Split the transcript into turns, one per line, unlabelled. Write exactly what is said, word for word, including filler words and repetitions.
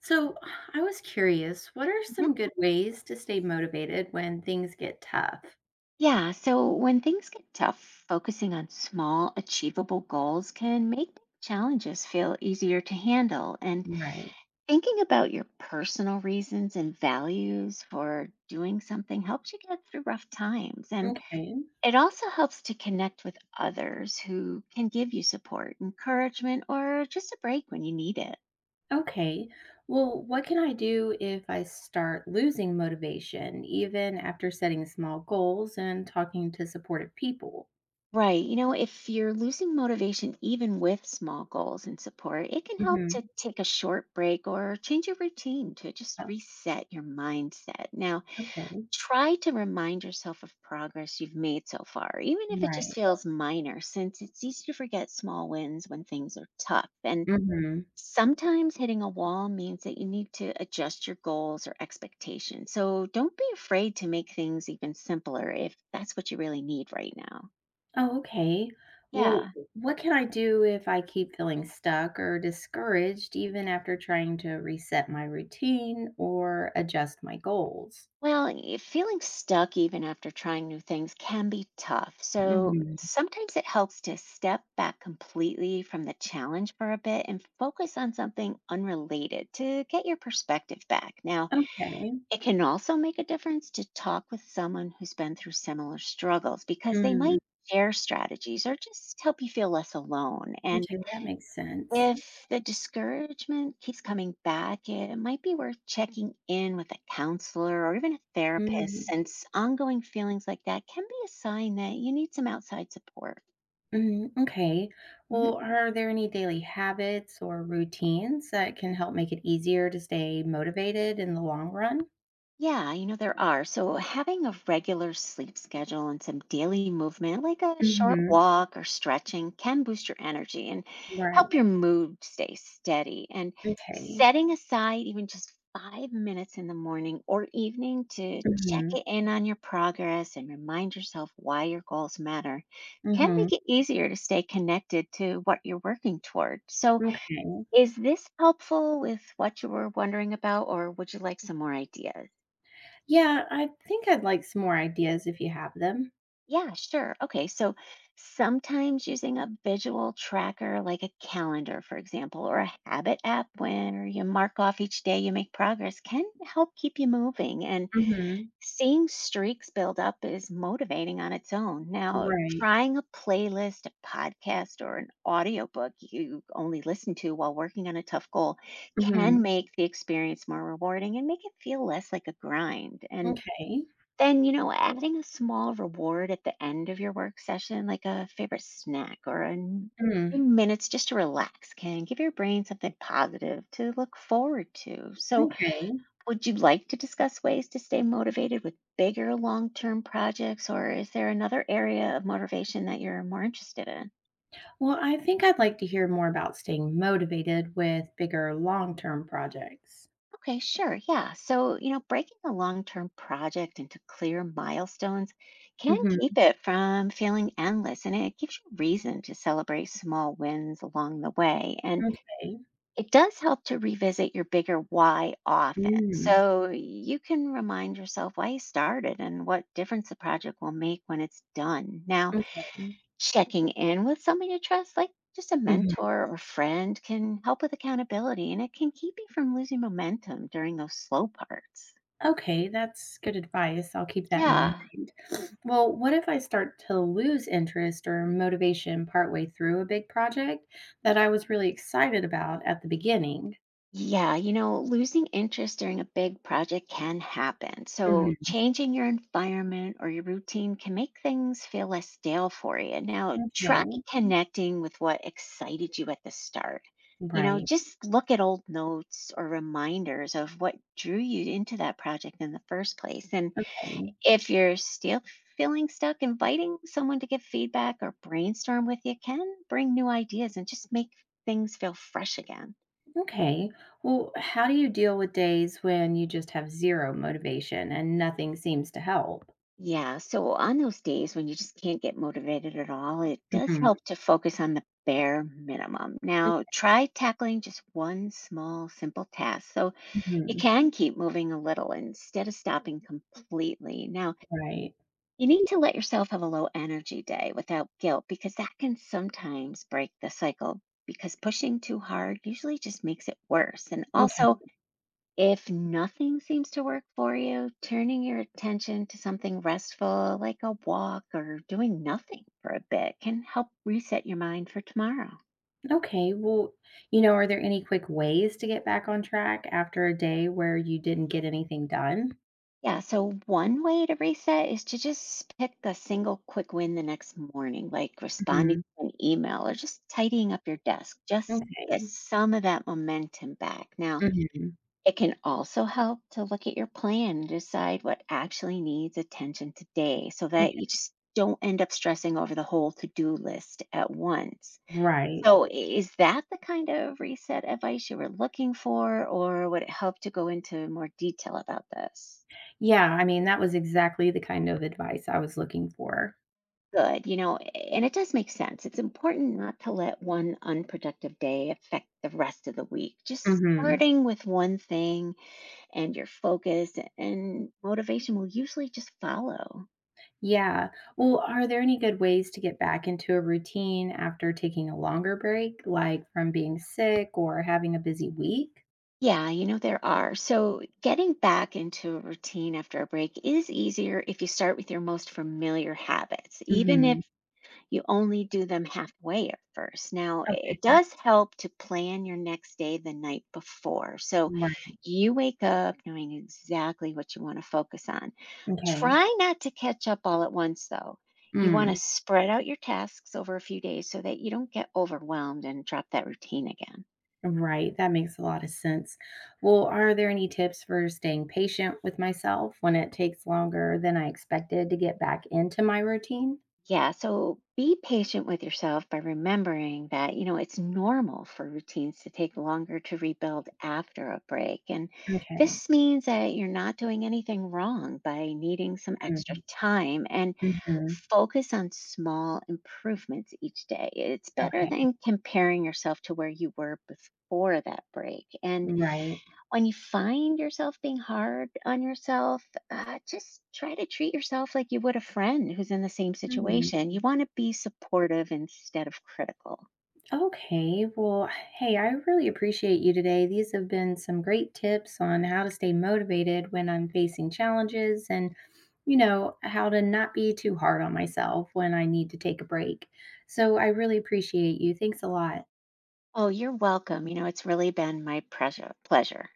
So, I was curious, what are
Mhm.
some good ways to stay motivated when things get tough?
Yeah, so when things get tough, focusing on small, achievable goals can make big challenges feel easier to handle. And
Right.
thinking about your personal reasons and values for doing something helps you get through rough times. And
Okay.
it also helps to connect with others who can give you support, encouragement, or just a break when you need it.
Okay. Well, what can I do if I start losing motivation, even after setting small goals and talking to supportive people?
Right. You know, if you're losing motivation even with small goals and support, it can help
hmm
to take a short break or change your routine to just
Oh,
reset your mindset. Now,
okay.
try to remind yourself of progress you've made so far, even if it just
Right.
feels minor, since it's easy to forget small wins when things are tough. And
hmm
sometimes hitting a wall means that you need to adjust your goals or expectations. So don't be afraid to make things even simpler if that's what you really need right now.
Oh, okay. Well,
Yeah.
what can I do if I keep feeling stuck or discouraged, even after trying to reset my routine or adjust my goals?
Well, y- feeling stuck even after trying new things can be tough. So
Mhm.
sometimes it helps to step back completely from the challenge for a bit and focus on something unrelated to get your perspective back. Now,
Okay.
it can also make a difference to talk with someone who's been through similar struggles because they
Mm.
might share strategies or just help you feel less alone. And
Okay, that makes sense.
if the discouragement keeps coming back, it might be worth checking in with a counselor or even a therapist,
Mhm.
since ongoing feelings like that can be a sign that you need some outside support.
Mhm. Okay. Well,
Mm-hmm.
are there any daily habits or routines that can help make it easier to stay motivated in the long run?
Yeah, you know, there are. So, having a regular sleep schedule and some daily movement, like a short
Mhm.
walk or stretching, can boost your energy and
Right.
help your mood stay steady. And
Okay.
setting aside even just five minutes in the morning or evening to check
Mhm.
in on your progress and remind yourself why your goals matter can
Mhm.
make it easier to stay connected to what you're working toward. So,
Okay.
is this helpful with what you were wondering about, or would you like some more ideas?
Yeah, I think I'd like some more ideas if you have them.
Yeah, sure. Okay, so sometimes using a visual tracker like a calendar, for example, or a habit app where you mark off each day you make progress can help keep you moving. And
Mhm.
seeing streaks build up is motivating on its own. Now,
Right.
trying a playlist, a podcast, or an audiobook you only listen to while working on a tough goal can
Mhm.
Mhm. make the experience more rewarding and make it feel less like a grind. And
Okay.
then, you know, adding a small reward at the end of your work session, like a favorite snack or a n-
Mm.
few minutes just to relax, can give your brain something positive to look forward to. So,
Okay.
would you like to discuss ways to stay motivated with bigger long term projects, or is there another area of motivation that you're more interested in?
Well, I think I'd like to hear more about staying motivated with bigger long term projects.
Okay, sure. Yeah. So, you know, breaking a long term project into clear milestones can
hmm
keep it from feeling endless and it gives you reason to celebrate small wins along the way. And
Okay.
it does help to revisit your bigger why often.
mm
So you can remind yourself why you started and what difference the project will make when it's done. Now,
Okay.
checking in with somebody you trust, like just a
hmm
mentor or friend, can help with accountability and it can keep you from losing momentum during those slow parts.
Okay, that's good advice. I'll keep that in
Yeah.
mind. Well, what if I start to lose interest or motivation partway through a big project that I was really excited about at the beginning?
Yeah, you know, losing interest during a big project can happen. So,
hmm
changing your environment or your routine can make things feel less stale for you. Now, try
Okay,
connecting with what excited you at the start. You know,
right.
just look at old notes or reminders of what drew you into that project in the first place. And if you're still feeling stuck, inviting someone to give feedback or brainstorm with you can bring new ideas and just make things feel fresh again.
Okay. Well, how do you deal with days when you just have zero motivation and nothing seems to help?
Yeah, so on those days when you just can't get motivated at all, it does
hmm
help to focus on the bare minimum. Now, try tackling just one small, simple task so you
Mhm.
can keep moving a little instead of stopping completely. Now,
Right.
you need to let yourself have a low energy day without guilt because that can sometimes break the cycle. Because pushing too hard usually just makes it worse. And
Okay.
also, if nothing seems to work for you, turning your attention to something restful like a walk or doing nothing for a bit can help reset your mind for tomorrow.
Okay. Well, you know, are there any quick ways to get back on track after a day where you didn't get anything done?
Yeah, so one way to reset is to just pick a single quick win the next morning, like responding
Mhm.
to an email or just tidying up your desk, just to get
Okay.
some of that momentum back. Now,
Mhm.
it can also help to look at your plan and decide what actually needs attention today so that
Okay.
you just don't end up stressing over the whole to do list at once.
Right.
So, i- is that the kind of reset advice you were looking for, or would it help to go into more detail about this?
Yeah, I mean, that was exactly the kind of advice I was looking for.
Good, you know, and it does make sense. It's important not to let one unproductive day affect the rest of the week. Just
Mhm.
starting with one thing and your focus and motivation will usually just follow.
Yeah. Well, are there any good ways to get back into a routine after taking a longer break, like from being sick or having a busy week?
Yeah, you know, there are. So getting back into a routine after a break is easier if you start with your most familiar habits, even if
Mhm.
you only do them halfway at first. Now, it
Okay.
does help to plan your next day the night before. So
Right.
you wake up knowing exactly what you want to focus on.
Okay.
Try not to catch up all at once, though. You want to
Mm.
Mm. spread out your tasks over a few days so that you don't get overwhelmed and drop that routine again.
Right, that makes a lot of sense. Well, are there any tips for staying patient with myself when it takes longer than I expected to get back into my routine?
Yeah, so be patient with yourself by remembering that, you know, it's normal for routines to take longer to rebuild after a break. And
Okay.
this means that you're not doing anything wrong by needing some extra time and
Mm-hmm.
focus on small improvements each day. It's better
Okay.
than comparing yourself to where you were before that break. And
Right.
when you find yourself being hard on yourself, uh, just try to treat yourself like you would a friend who's in the same
Hmm.
situation. You want to be supportive instead of critical.
Okay. Well, hey, I really appreciate you today. These have been some great tips on how to stay motivated when I'm facing challenges and, you know, how to not be too hard on myself when I need to take a break. So I really appreciate you. Thanks a lot.
Oh, you're welcome. You know, it's really been my pressure, pleasure.